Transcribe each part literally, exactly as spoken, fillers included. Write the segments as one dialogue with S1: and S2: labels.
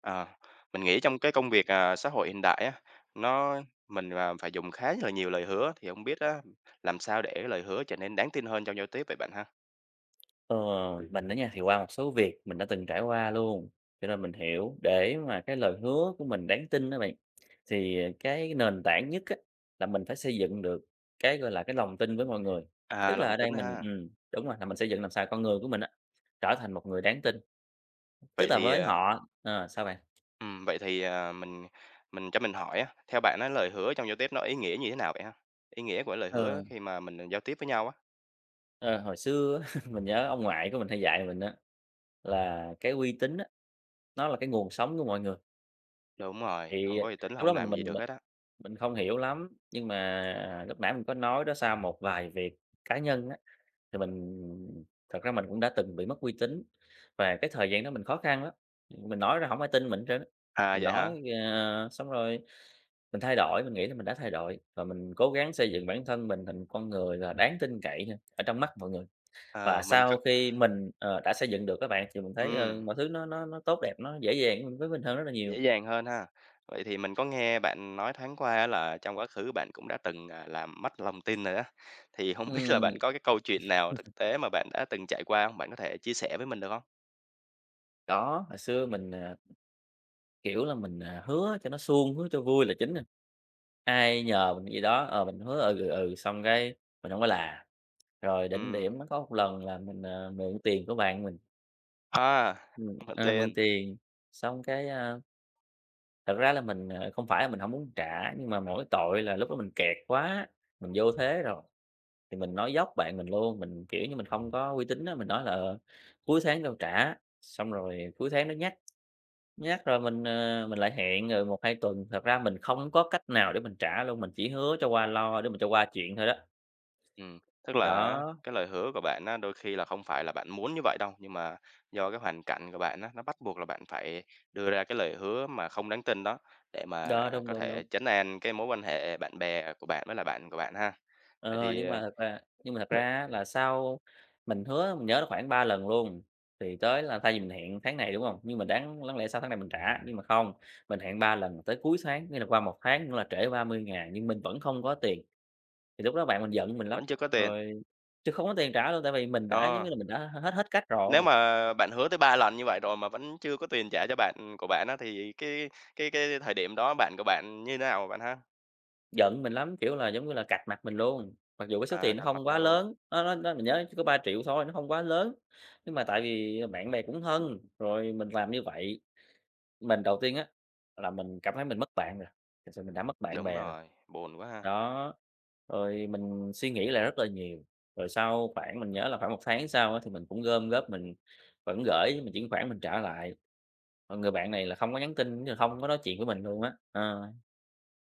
S1: Ờ, mình nghĩ trong cái công việc, à, xã hội hiện đại á, nó mình, à, phải dùng khá là nhiều lời hứa, thì không biết á, làm sao để lời hứa trở nên đáng tin hơn trong giao tiếp vậy bạn ha?
S2: Ờ, mình á nha, thì qua một số việc mình đã từng trải qua luôn, cho nên mình hiểu để mà cái lời hứa của mình đáng tin đó bạn, thì cái nền tảng nhất á, là mình phải xây dựng được cái, gọi là, cái lòng tin với mọi người.
S1: À,
S2: Tức là
S1: lòng
S2: ở đây
S1: tin
S2: mình
S1: ha.
S2: ừm, đúng rồi, là mình xây dựng làm sao con người của mình á, trở thành một người đáng tin,
S1: Vậy
S2: tức là
S1: thì,
S2: với
S1: à,
S2: họ ờ, sao bạn?
S1: ừm, vậy thì, à, mình mình cho mình hỏi á, theo bạn á, lời hứa trong giao tiếp nó ý nghĩa như thế nào vậy ha? Ý nghĩa của lời hứa
S2: Ờ,
S1: khi mà mình giao tiếp với nhau á.
S2: ờ, hồi xưa á, mình nhớ ông ngoại của mình hay dạy mình á, là cái uy tín á, nó là cái nguồn sống của mọi người,
S1: Đúng rồi,
S2: thì
S1: không có uy tín là
S2: lúc
S1: hông
S2: đó mình
S1: làm gì
S2: mình
S1: được hết á.
S2: mình không hiểu lắm, nhưng mà lúc nãy mình có nói đó, sau một vài việc cá nhân á, thì mình thật ra mình cũng đã từng bị mất uy tín và cái thời gian đó mình khó khăn lắm, mình nói ra không ai tin mình hết trơn á.
S1: À,
S2: Mình
S1: vậy
S2: nói,
S1: hả?
S2: ờ, xong rồi mình thay đổi, mình nghĩ là mình đã thay đổi và mình cố gắng xây dựng bản thân mình thành con người là đáng tin cậy ha, ở trong mắt mọi người. Và
S1: Ờ, mình c
S2: sau khi mình, ờ, đã xây dựng được các bạn, thì mình thấy,
S1: ừm.
S2: ờ, mọi thứ nó nó nó tốt đẹp, nó dễ dàng với mình hơn rất là nhiều.
S1: Dễ dàng hơn ha. Vậy thì mình có nghe bạn nói thoáng qua á là trong quá khứ bạn cũng đã từng, à, làm mất lòng tin rồi á, thì không biết là
S2: Ừm,
S1: bạn có cái câu chuyện nào thực tế mà bạn đã từng trải qua không? Bạn có thể chia sẻ với mình được không?
S2: đó, hồi xưa mình, à kiểu là, mình, à, hứa cho nó suông, hứa cho vui là chính nè, ai nhờ mình cái gì đó, ờ, mình hứa ừ, ừ, ừ, xong cái mình không có là. Rồi đỉnh
S1: Ừm,
S2: điểm nó có một lần là mình, à, mượn tiền của bạn mình,
S1: à,
S2: ừm,
S1: Không lòng
S2: ờ, mượn
S1: tin.
S2: tiền, xong cái, a, thật ra là mình, ờ, không phải là mình không muốn trả, nhưng mà mỗi tội là lúc đó mình kẹt quá, mình vô thế rồi, thì mình nói dốc bạn mình luôn, mình, kiểu như, mình không có uy tín đó mình nói là "Ờ, cuối tháng đâu trả." Xong rồi cuối tháng nó nhắc. Nhắc rồi mình, ờ, mình lại hẹn rồi một hai tuần, thật ra mình không có cách nào để mình trả luôn, mình chỉ hứa cho qua lo để mình cho qua chuyện thôi đó.
S1: Ừm, Tức là
S2: Đó,
S1: cái lời hứa của bạn á, đôi khi là không phải là bạn muốn như vậy đâu, nhưng mà do cái hoàn cảnh của bạn á, nó bắt buộc là bạn phải đưa ra cái lời hứa mà không đáng tin đó, để mà
S2: đó,
S1: à,
S2: đúng,
S1: có
S2: đúng,
S1: thể
S2: đúng.
S1: trấn an cái mối quan hệ bạn bè của bạn với là bạn của bạn ha. Vậy
S2: Ờ,
S1: thì,
S2: nhưng mà
S1: ờ,
S2: thật ra nhưng mà thật ra
S1: vậy
S2: á là sau mình hứa mình nhớ là khoảng ba lần luôn, thì tới là thay vì mình hẹn tháng này, đúng không? Nhưng mà đáng đáng lẽ sau tháng này mình trả, nhưng mà không, mình hẹn ba lần tới cuối tháng, nghĩa là qua một tháng nữa là trễ ba mươi ngàn nhưng mình vẫn không có tiền, thì lúc đó bạn mình giận mình lắm,
S1: Vẫn chưa có tiền.
S2: rồi chứ không có tiền trả luôn, tại vì mình đã, giống
S1: Ờ,
S2: như là, mình đã hết hết cách
S1: nếu
S2: rồi.
S1: mà bạn hứa tới ba lần như vậy rồi mà vẫn chưa có tiền trả cho bạn của bạn á, thì cái cái cái thời điểm đó bạn của bạn như thế nào bạn ha?
S2: Giận mình lắm, kiểu là, giống như là, cạch mặt mình luôn, mặc dù cái số
S1: À,
S2: tiền nó
S1: cạch mặt
S2: không quá
S1: nhau luôn.
S2: lớn, nó nó nó mình nhớ chỉ có ba triệu thôi, nó không quá lớn, nhưng mà tại vì bạn bè cũng thân, rồi mình làm như vậy, mình đầu tiên á, là mình cảm thấy mình mất bạn rồi, thực sự mình đã mất bạn
S1: Đúng
S2: bè rồi.
S1: rồi, buồn quá ha.
S2: Đó, rồi mình suy nghĩ lại rất là nhiều, rồi sau khoảng mình nhớ là khoảng một tháng sau á, thì mình cũng gom góp, mình vẫn gửi, mình chuyển khoản mình trả lại. Còn người bạn này là
S1: Ừm.
S2: không có nhắn tin, không có nói chuyện với mình luôn á, ờ.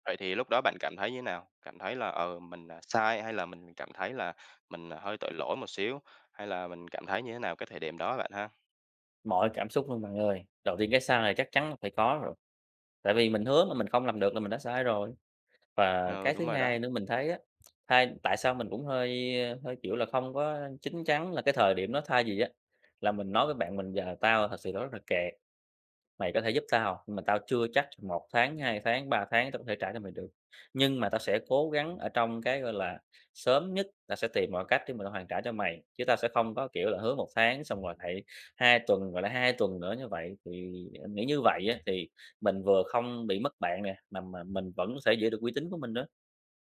S1: Vậy thì lúc đó bạn cảm thấy như thế nào? Cảm thấy là, ờ, mình, à, sai hay là mình cảm thấy là mình, à, hơi tội lỗi một xíu, hay là mình cảm thấy như thế nào cái thời điểm đó bạn ha?
S2: Mọi cảm xúc luôn bạn ơi. Đầu tiên cái sai này chắc chắn là phải có rồi, tại vì mình hứa mà mình không làm được là mình đã sai rồi. Và
S1: Ừ,
S2: cái
S1: đúng
S2: thứ
S1: rồi
S2: hai
S1: đó,
S2: nữa mình thấy á, thay tại sao mình cũng hơi hơi, kiểu là, không có chín chắn là cái thời điểm đó thay gì á, là mình nói với bạn mình giờ "Tao thật sự đó rất là kẹt. Mày có thể giúp tao hông? Nhưng mà tao chưa chắc một tháng, hai tháng, ba tháng tao có thể trả cho mày được, nhưng mà tao sẽ cố gắng ở trong cái, gọi là, sớm nhất tao sẽ tìm mọi cách để mà tao hoàn trả cho mày, chứ tao sẽ không có, kiểu là, hứa một tháng xong rồi lại hai tuần, rồi lại hai tuần nữa như vậy. Thì anh nghĩ như vậy á, thì mình vừa không bị mất bạn nè, mà mà mình vẫn sẽ giữ được uy tín của mình nữa.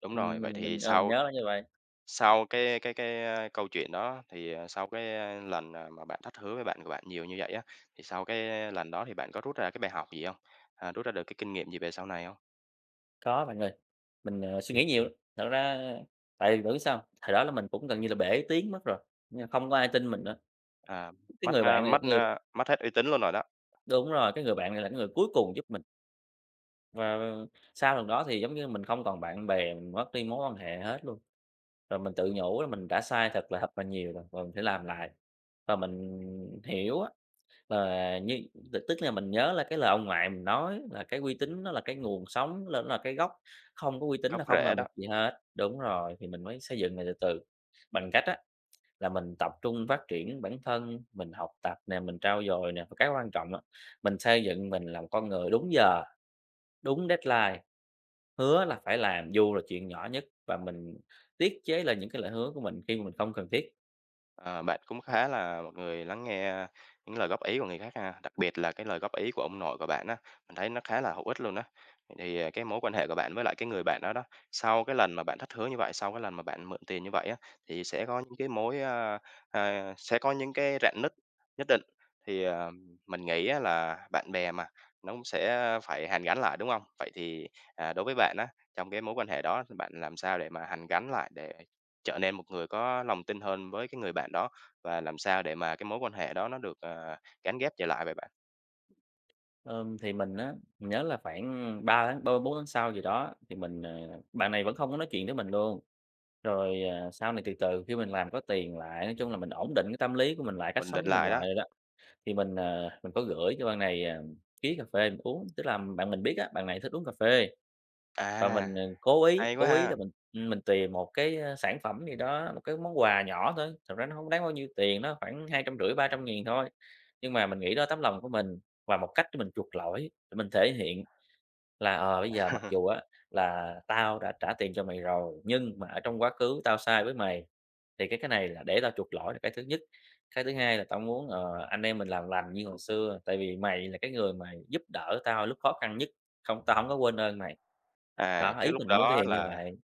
S1: đúng
S2: Ừm,
S1: rồi. Vậy
S2: mình
S1: thì
S2: mình, ờ, mình
S1: sau
S2: nhớ là như vậy.
S1: Sau cái cái cái, a, câu chuyện đó thì, à, sau cái, a, lần, à, mà bạn thất hứa với bạn của bạn nhiều như vậy á, thì sau cái lần đó thì bạn có rút ra cái bài học gì không? À, rút ra được cái kinh nghiệm gì về sau này không?
S2: Có bạn ơi, mình, ờ, suy nghĩ nhiều, thật ra tại vì bạn biết sao hông? Thời đó là mình cũng gần như là bể tiếng mất rồi, nhưng mà không có ai tin mình nữa.
S1: À,
S2: Cái
S1: mất,
S2: người
S1: a,
S2: bạn này
S1: mất,
S2: người
S1: a, mất hết uy tín luôn rồi đó,
S2: đúng rồi, cái người bạn này là cái người cuối cùng giúp mình, và sau lần đó thì, giống như, mình không còn bạn bè, mình mất đi mối quan hệ hết luôn. Rồi mình tự nhủ là mình đã sai thật là thật là nhiều rồi, và mình phải làm lại. Và mình hiểu á, là như t tức là mình nhớ là cái lời ông ngoại mình nói là cái uy tín nó là cái nguồn sống, là nó là cái gốc, không có uy tín
S1: gốc
S2: là không
S1: rễ
S2: làm
S1: đó.
S2: được gì hết. Đúng rồi, thì mình mới xây dựng lại từ từ, bằng cách á là mình tập trung phát triển bản thân, mình học tập nè, mình trau dồi nè, và cái quan trọng á, mình xây dựng mình làm con người đúng giờ, đúng deadline, hứa là phải làm dù là chuyện nhỏ nhất và mình tiết chế lại những cái lời hứa của mình khi mà mình không cần thiết.
S1: Ờ, bạn cũng khá là một người lắng nghe những lời góp ý của người khác ha, đặc biệt là cái lời góp ý của ông nội của bạn á, mình thấy nó khá là hữu ích luôn á. Vậy thì, à, cái mối quan hệ của bạn với lại cái người bạn đó đó, sau cái lần mà bạn thất hứa như vậy, sau cái lần mà bạn mượn tiền như vậy á, thì sẽ có những cái mối, a, à, sẽ có những cái rạn nứt nhất định. Thì, à, mình nghĩ á là bạn bè mà, nó cũng sẽ phải hàn gắn lại, đúng không? Vậy thì, à, đối với bạn á, trong cái mối quan hệ đó bạn làm sao để mà hàn gắn lại để trở nên một người có lòng tin hơn với cái người bạn đó và làm sao để mà cái mối quan hệ đó nó được, ờ, gắn ghép trở lại vậy bạn?
S2: Ờm, thì mình á, mình nhớ là khoảng ba tháng, ba bốn tháng sau gì đó thì mình, ờ bạn này vẫn không có nói chuyện với mình luôn. Rồi, à, sau này từ từ khi mình làm có tiền lại, nói chung là mình ổn định cái tâm lý của mình lại, cách
S1: Ổn
S2: sống
S1: định
S2: của mình
S1: lại đó.
S2: lại. Thì mình, ờ, mình có gửi cho bạn này, à, ký cà phê mình uống, tức là bạn mình biết á, bạn này thích uống cà phê và
S1: À,
S2: mình, ờ, cố ý
S1: hay quá
S2: cố ý là
S1: ha!
S2: mình, mình tìm một cái, a, sản phẩm gì đó, một cái món quà nhỏ thôi, thật ra nó không đáng bao nhiêu tiền, nó khoảng hai trăm rưỡi ba trăm nghìn thôi. Nhưng mà mình nghĩ đó tấm lòng của mình và một cách để mình chuộc lỗi, để mình thể hiện là, ờ, bây giờ mặc dù á là tao đã trả tiền cho mày rồi, nhưng mà ở trong quá khứ tao sai với mày, thì cái cái này là để tao chuộc lỗi là cái thứ nhất. Cái thứ hai là tao muốn, ờ, anh em mình làm lành như hồi xưa, tại vì mày là cái người mà giúp đỡ tao lúc khó khăn nhất, không tao không có quên ơn mày.
S1: À,
S2: Đó,
S1: cái
S2: ý
S1: lúc
S2: mình muốn thể
S1: đó
S2: hiện như
S1: là
S2: vậy.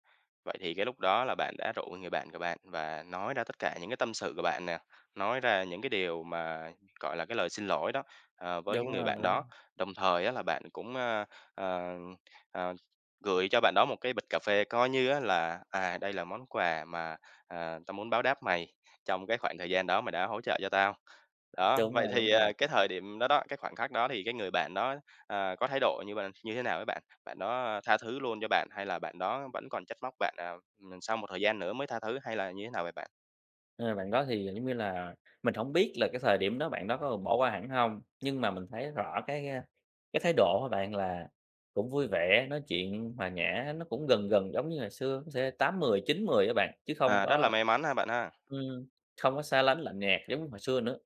S1: vậy thì cái lúc đó là bạn đã rủ người bạn của bạn và nói ra tất cả những cái tâm sự của bạn nè, nói ra những cái điều mà, gọi là, cái lời xin lỗi đó, ờ, với cái
S2: Đúng
S1: người
S2: rồi,
S1: bạn
S2: đúng,
S1: đó. Đồng thời á là bạn cũng, a, ờ, ờ, gửi cho bạn đó một cái bịch cà phê coi như á là, à, đây là món quà mà, à, tao muốn báo đáp mày trong cái khoảng thời gian đó mày đã hỗ trợ cho tao. Đó,
S2: đúng rồi,
S1: vậy thì,
S2: đúng rồi.
S1: à, cái thời điểm đó đó, cái khoảnh khắc đó thì cái người bạn đó, à, có thái độ như bạn như thế nào với bạn? Bạn đó ờ, tha thứ luôn cho bạn hay là bạn đó vẫn còn trách móc bạn, à, ừm, sau một thời gian nữa mới tha thứ hay là như thế nào vậy bạn?
S2: Ờ, bạn đó thì, giống như là, mình không biết là cái thời điểm đó bạn đó có bỏ qua hẳn không, nhưng mà mình thấy rõ cái, cái thái độ của bạn là cũng vui vẻ, nói chuyện hòa nhã, nó cũng gần gần giống như ngày xưa, nó sẽ tám mười chín mười á bạn, chứ không
S1: À, rất là
S2: có
S1: may mắn ha bạn ha.
S2: ừm, không có xa lánh, lạnh nhạt giống như hồi xưa nữa.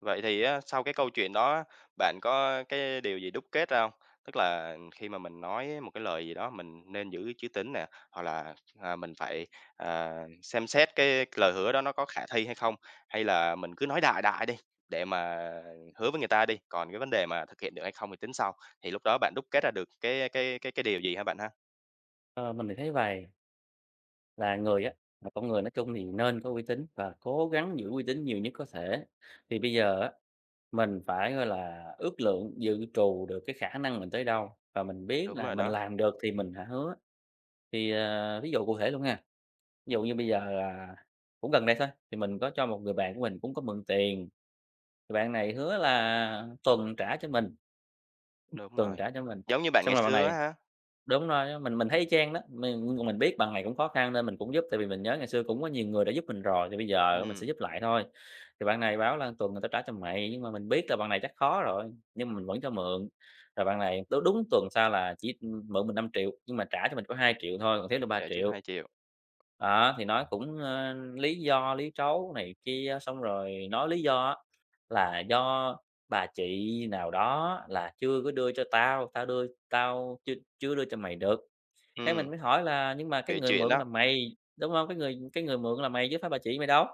S1: Vậy thì á, sau cái câu chuyện đó bạn có cái điều gì đúc kết ra không? Tức là khi mà mình nói một cái lời gì đó mình nên giữ chữ tín nè, hoặc là, à, mình phải, à, xem xét cái lời hứa đó nó có khả thi hay không? Hay là mình cứ nói đại đại đi, để mà hứa với người ta đi, còn cái vấn đề mà thực hiện được hay không thì tính sau, thì lúc đó bạn đúc kết ra được cái cái cái cái điều gì hả bạn ha?
S2: Ờ, mình thì thấy vậy là người á, là con người nói chung thì nên có uy tín và cố gắng giữ uy tín nhiều nhất có thể. Thì bây giờ á mình phải, gọi là, ước lượng, dự trù được cái khả năng mình tới đâu và mình biết
S1: Đúng
S2: là
S1: rồi
S2: mình
S1: đó.
S2: làm được thì mình hả hứa. Thì, ờ, ví dụ cụ thể luôn ha, ví dụ như bây giờ là cũng gần đây thôi, thì mình có cho một người bạn của mình cũng có mượn tiền, thì bạn này hứa là tuần trả cho mình,
S1: Đúng
S2: tuần
S1: rồi.
S2: trả cho mình,
S1: Giống như bạn
S2: xong
S1: ngày
S2: rồi bạn
S1: xưa
S2: này
S1: á hả?
S2: đúng rồi á, mình mình thấy y chang đó, mình mình biết bằng này cũng khó khăn nên mình cũng giúp, tại vì mình nhớ ngày xưa cũng có nhiều người đã giúp mình rồi, thì bây giờ mình
S1: Ừm,
S2: sẽ giúp lại thôi. Thì bạn này báo là "Tuần người ta trả cho mày", nhưng mà mình biết là bạn này chắc khó rồi, nhưng mà mình vẫn cho mượn. Rồi bạn này đúng đúng tuần sau là chỉ, mượn mình năm triệu nhưng mà trả cho mình có hai triệu thôi, còn thiếu được ba
S1: trợ trước
S2: triệu.
S1: hai triệu,
S2: Đó, thì nói cũng, ơ, lý do lý trấu này kia, xong rồi nói lý do á là "Do bà chị nào đó là chưa có đưa cho tao, tao đưa tao chưa chưa đưa cho mày được." Cái mình
S1: ừm,
S2: mới hỏi là "Nhưng mà cái
S1: bị
S2: người
S1: chuyện
S2: mượn
S1: đó,
S2: là mày, đúng hông? Cái người cái người mượn là mày chứ phải bà chị mày đâu?"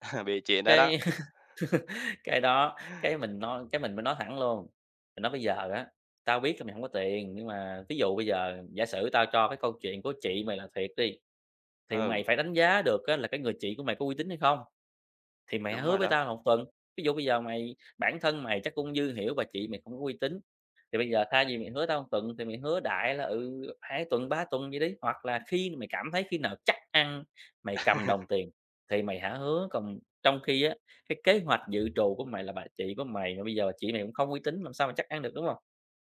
S1: bị chuyện đó đó.
S2: Cái cái đó cái mình nói cái mình mới nói thẳng luôn, mình nói: "Bây giờ á, tao biết là mày không có tiền, nhưng mà ví dụ bây giờ giả sử tao cho cái câu chuyện của chị mày là thiệt đi, thì
S1: Ừ,
S2: mày phải đánh giá được á là cái người chị của mày có uy tín hay không?" Thì mày
S1: đúng
S2: hứa
S1: rồi
S2: với
S1: đó,
S2: tao là một tuần, ví dụ bây giờ mày bản thân mày chắc cũng dư hiểu bà chị mày không có uy tín, thì bây giờ thay vì mày hứa tao một tuần thì mày hứa đại là, ừ, hai tuần, ba tuần gì đấy hoặc là khi mày cảm thấy khi nào chắc ăn mày cầm đồng tiền thì mày hả hứa, còn trong khi á, cái kế hoạch dự trù của mày là bà chị của mày mà bây giờ bà chị mày cũng không uy tín làm sao mà chắc ăn được, đúng không?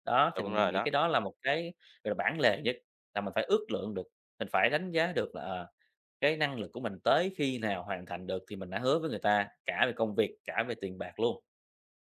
S2: Đó, thì
S1: đúng
S2: mình
S1: rồi
S2: nghĩ
S1: đó.
S2: cái đó là một cái, gọi là, bản lề nhất, là mình phải ước lượng được, mình phải đánh giá được là, ờ cái năng lực của mình tới khi nào hoàn thành được thì mình đã hứa với người ta, cả về công việc, cả về tiền bạc luôn.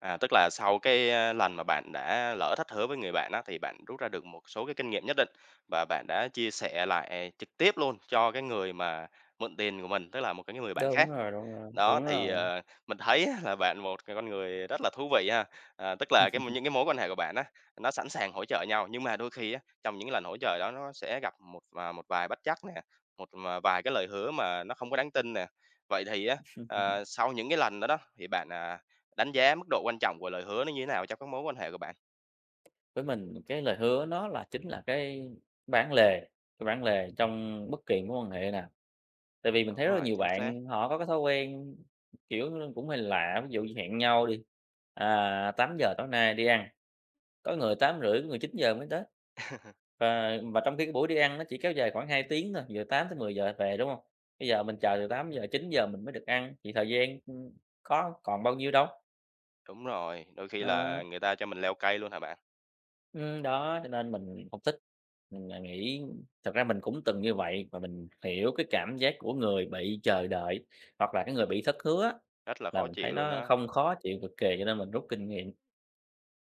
S1: À, tức là sau cái, a, lần mà bạn đã lỡ thất hứa với người bạn đó thì bạn rút ra được một số cái kinh nghiệm nhất định và bạn đã chia sẻ lại trực tiếp luôn cho cái người mà mượn tiền của mình, tức là một cái người bạn
S2: Đúng
S1: khác.
S2: rồi, đúng rồi,
S1: Đó,
S2: đúng
S1: thì,
S2: rồi.
S1: ờ, mình thấy á là bạn một cái con người rất là thú vị ha. À, tức là cái những cái mối quan hệ của bạn á, nó sẵn sàng hỗ trợ nhau, nhưng mà đôi khi á, trong những lần hỗ trợ đó nó sẽ gặp một và một vài bất trắc nè, một mà vài cái lời hứa mà nó không có đáng tin nè. Vậy thì á, ờ, sau những cái lần đó đó, thì bạn, à, đánh giá mức độ quan trọng của lời hứa nó như thế nào trong các mối quan hệ của bạn?
S2: Với mình cái lời hứa nó là chính là cái bản lề, cái bản lề trong bất kỳ mối quan hệ nào. Tại vì mình thấy
S1: Đúng
S2: rất là
S1: rồi,
S2: nhiều
S1: chính xác.
S2: bạn họ có cái thói quen, kiểu, cũng hơi lạ, ví dụ như hẹn nhau đi, à, tám giờ tối nay đi ăn. Có người tám rưỡi, có người chín giờ mới tới. Và và trong khi cái buổi đi ăn nó chỉ kéo dài khoảng hai tiếng thôi, giờ tám tới mười giờ về, đúng không? Bây giờ mình chờ từ tám giờ chín giờ mình mới được ăn, thì thời gian, ưm, có còn bao nhiêu đâu.
S1: Đúng rồi, đôi khi
S2: Ờ,
S1: là người ta cho mình leo cây luôn hả bạn?
S2: ừm, đó, cho nên mình không thích. Mình, à, nghĩ thật ra mình cũng từng như vậy và mình hiểu cái cảm giác của người bị chờ đợi, hoặc là cái người bị thất hứa
S1: Rất là
S2: là
S1: khó
S2: mình thấy
S1: chịu luôn
S2: nó
S1: đó.
S2: không khó chịu cực kỳ, cho nên mình rút kinh nghiệm.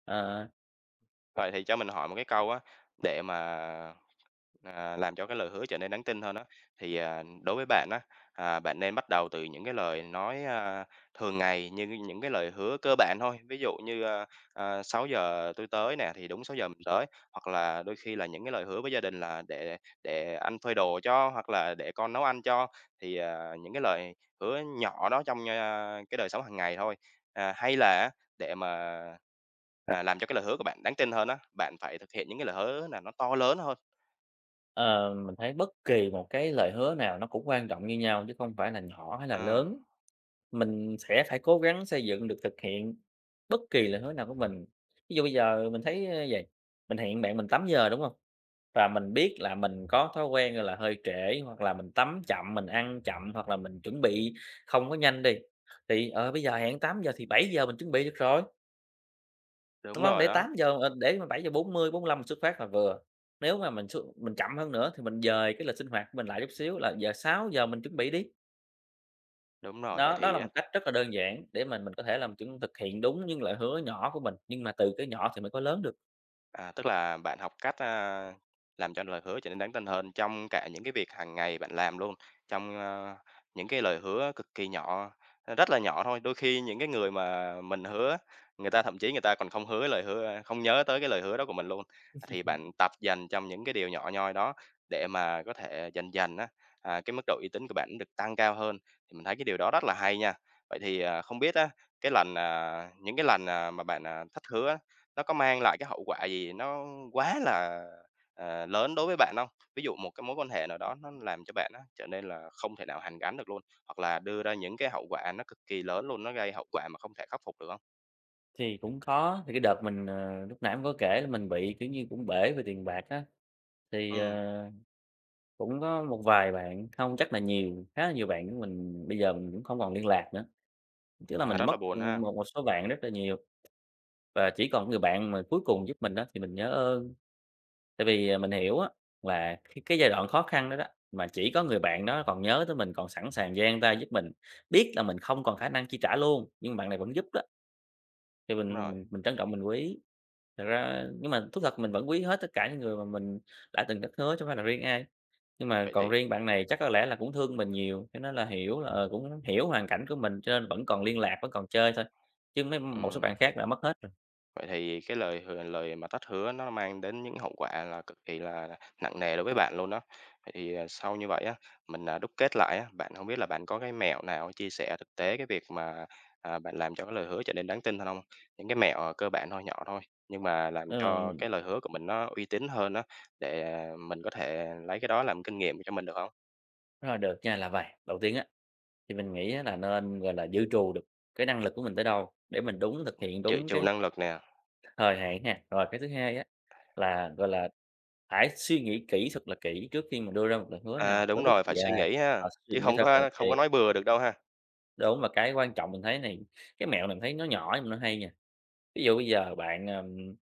S2: Ờ.
S1: Vậy thì cho mình hỏi một cái câu á, để mà à, làm cho cái lời hứa trở nên đáng tin hơn đó. Thì, à, đối với bạn á, à, bạn nên bắt đầu từ những cái lời nói, a, thường ngày như những cái lời hứa cơ bản thôi. Ví dụ như, a, à, "sáu giờ tui tới" nè, thì đúng sáu giờ mình tới, hoặc là đôi khi là những cái lời hứa với gia đình là "Để để anh phơi đồ cho" hoặc là "Để con nấu ăn cho." Thì, à, những cái lời hứa nhỏ đó trong, a, cái đời sống hàng ngày thôi. À, hay là để mà, à, làm cho cái lời hứa của bạn đáng tin hơn á, bạn phải thực hiện những cái lời hứa là nó to lớn hơn.
S2: Ờ, mình thấy bất kỳ một cái lời hứa nào nó cũng quan trọng như nhau chứ không phải là nhỏ hay là
S1: Ờ.
S2: lớn. Mình sẽ phải cố gắng xây dựng được thực hiện bất kỳ lời hứa nào của mình. Ví dụ bây giờ mình thấy ơ, vầy, mình hẹn bạn mình tắm giờ, đúng không? Và mình biết là mình có thói quen, là, hơi trễ hoặc là mình tắm chậm, mình ăn chậm hoặc là mình chuẩn bị không có nhanh đi, thì, ờ, bây giờ hẹn tám giờ thì bảy giờ mình chuẩn bị được rồi. Đúng
S1: Đúng
S2: không?
S1: rồi
S2: Để
S1: đó,
S2: tám giờ mà để mà bảy giờ bốn bốn lăm mình xuất phát là vừa. Nếu mà mình xuất mình chậm hơn nữa thì mình dời cái lịch sinh hoạt của mình lại chút xíu là giờ sáu giờ mình chuẩn bị đi.
S1: đúng rồi. Vậy
S2: Đó, đó
S1: thì,
S2: là một cách rất là đơn giản để mình mình có thể làm mình chuẩn thực hiện đúng những lời hứa nhỏ của mình, nhưng mà từ cái nhỏ thì mới có lớn được.
S1: à, tức là bạn học cách, a, làm cho lời hứa trở nên đáng tin hơn trong cả những cái việc hàng ngày bạn làm luôn, trong, ơ, những cái lời hứa cực kỳ nhỏ, rất là nhỏ thôi. Đôi khi những cái người mà mình hứa, người ta thậm chí người ta còn không hứa lời hứa không nhớ tới cái lời hứa đó của mình luôn. Thì bạn tập dành trong những cái điều nhỏ nhoi đó để mà có thể dần dần á, à, cái mức độ uy tín của bạn được tăng cao hơn, thì mình thấy cái điều đó rất là hay nha. Vậy thì, à, không biết á, cái lần, à những cái lần, à, mà bạn, à, thất hứa á, nó có mang lại cái hậu quả gì nó quá là, ờ, lớn đối với bạn không? Ví dụ một cái mối quan hệ nào đó nó làm cho bạn á trở nên là không thể nào hàn gắn được luôn, hoặc là đưa ra những cái hậu quả nó cực kỳ lớn luôn, nó gây hậu quả mà không thể khắc phục được không?
S2: Thì cũng có, thì cái đợt mình, ờ, lúc nãy cũng có kể là mình bị, kiểu như, cũng bể về tiền bạc á, thì,
S1: Ừ
S2: ờ, cũng có một vài bạn, không chắc là nhiều, khá là nhiều bạn của mình bây giờ mình cũng không còn liên lạc nữa, tức là
S1: à,
S2: mình
S1: rất là
S2: mất,
S1: buồn ha.
S2: một một số bạn rất là nhiều. Và chỉ còn người bạn mà cuối cùng giúp mình đó thì mình nhớ ơn, tại vì, à, mình hiểu á là cái cái giai đoạn khó khăn đó đó, mà chỉ có người bạn đó còn nhớ tới mình, còn sẵn sàng dang tay giúp mình, biết là mình không còn khả năng chi trả luôn, nhưng bạn này vẫn giúp đó, thì
S1: Đúng
S2: mình
S1: rồi,
S2: mình mình trân trọng, mình quý. Thật ra nhưng mà thú thật mình vẫn quý hết tất cả những người mà mình đã từng thất hứa chứ hông phải là riêng ai. Nhưng mà
S1: vậy
S2: còn
S1: thì
S2: riêng bạn này chắc có lẽ là cũng thương mình nhiều, cho nên là hiểu là, ờ, cũng hiểu hoàn cảnh của mình, cho nên vẫn còn liên lạc, vẫn còn chơi thôi, chứ mấy
S1: ừ
S2: một số bạn khác đã mất hết rồi.
S1: vậy thì cái lời hừa lời mà tách hứa nó mang đến những hậu quả là cực kỳ là nặng nề đối với bạn luôn đó. Vậy thì, à, sau như vậy á, mình, à, đúc kết lại á, bạn không biết là bạn có cái mẹo nào chia sẻ thực tế cái việc mà, à, bạn làm cho cái lời hứa trở nên đáng tin hơn không? Những cái mẹo, à, cơ bản thôi, nhỏ thôi, nhưng mà làm cho
S2: Ừ,
S1: cái lời hứa của mình nó uy tín hơn đó để, à, mình có thể lấy cái đó làm kinh nghiệm cho mình được không?
S2: rất được nha là vậy, đầu tiên á. Thì mình nghĩ á là nên, gọi là, dự trù được cái năng lực của mình tới đâu để mình đúng thực hiện
S1: Dự
S2: đúng
S1: trù
S2: cái
S1: năng lực nè,
S2: thời hạn ha. Rồi cái thứ hai á là, gọi là, phải suy nghĩ kỹ thật là kỹ trước khi mình đưa ra một lời hứa
S1: à,
S2: nào
S1: đúng
S2: với bất
S1: rồi,
S2: kỳ
S1: phải suy
S2: ai,
S1: nghĩ ha,
S2: ờ, suy
S1: chứ
S2: nghĩ
S1: không
S2: thật là
S1: có
S2: kỹ.
S1: không có nói bừa được đâu ha.
S2: Đúng, và cái quan trọng mình thấy này, cái mẹo này mình thấy nó nhỏ nhưng mà nó hay nha. Ví dụ bây giờ bạn, ờm,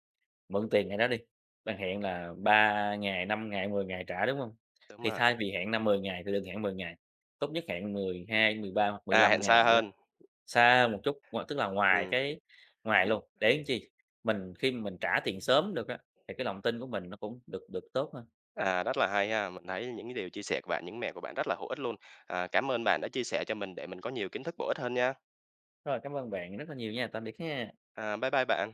S2: mượn tiền ai đó đi, bạn hẹn là ba ngày, năm ngày, mười ngày trả, đúng không?
S1: Đúng
S2: Thì
S1: rồi,
S2: thay vì hẹn là mười ngày thì đừng hẹn mười ngày, tốt nhất hẹn mười hai mười ba hoặc mười
S1: à,
S2: lăm
S1: hẹn
S2: ngày
S1: xa
S2: gì đó.
S1: hơn.
S2: Xa hơn một chút, ngoài tức là ngoài
S1: Ừm.
S2: cái ngoài luôn, để làm chi mình khi mà mình trả tiền sớm được á, thì cái lòng tin của mình nó cũng được được tốt hơn.
S1: À, rất là hay ha. Mình thấy những cái điều chia sẻ của bạn, những mẹo của bạn rất là hữu ích luôn. À, cảm ơn bạn đã chia sẻ cho mình để mình có nhiều kiến thức bổ ích hơn nha.
S2: Rồi, cảm ơn bạn rất là nhiều nha, tạm biệt ha.
S1: À, bye bye bạn.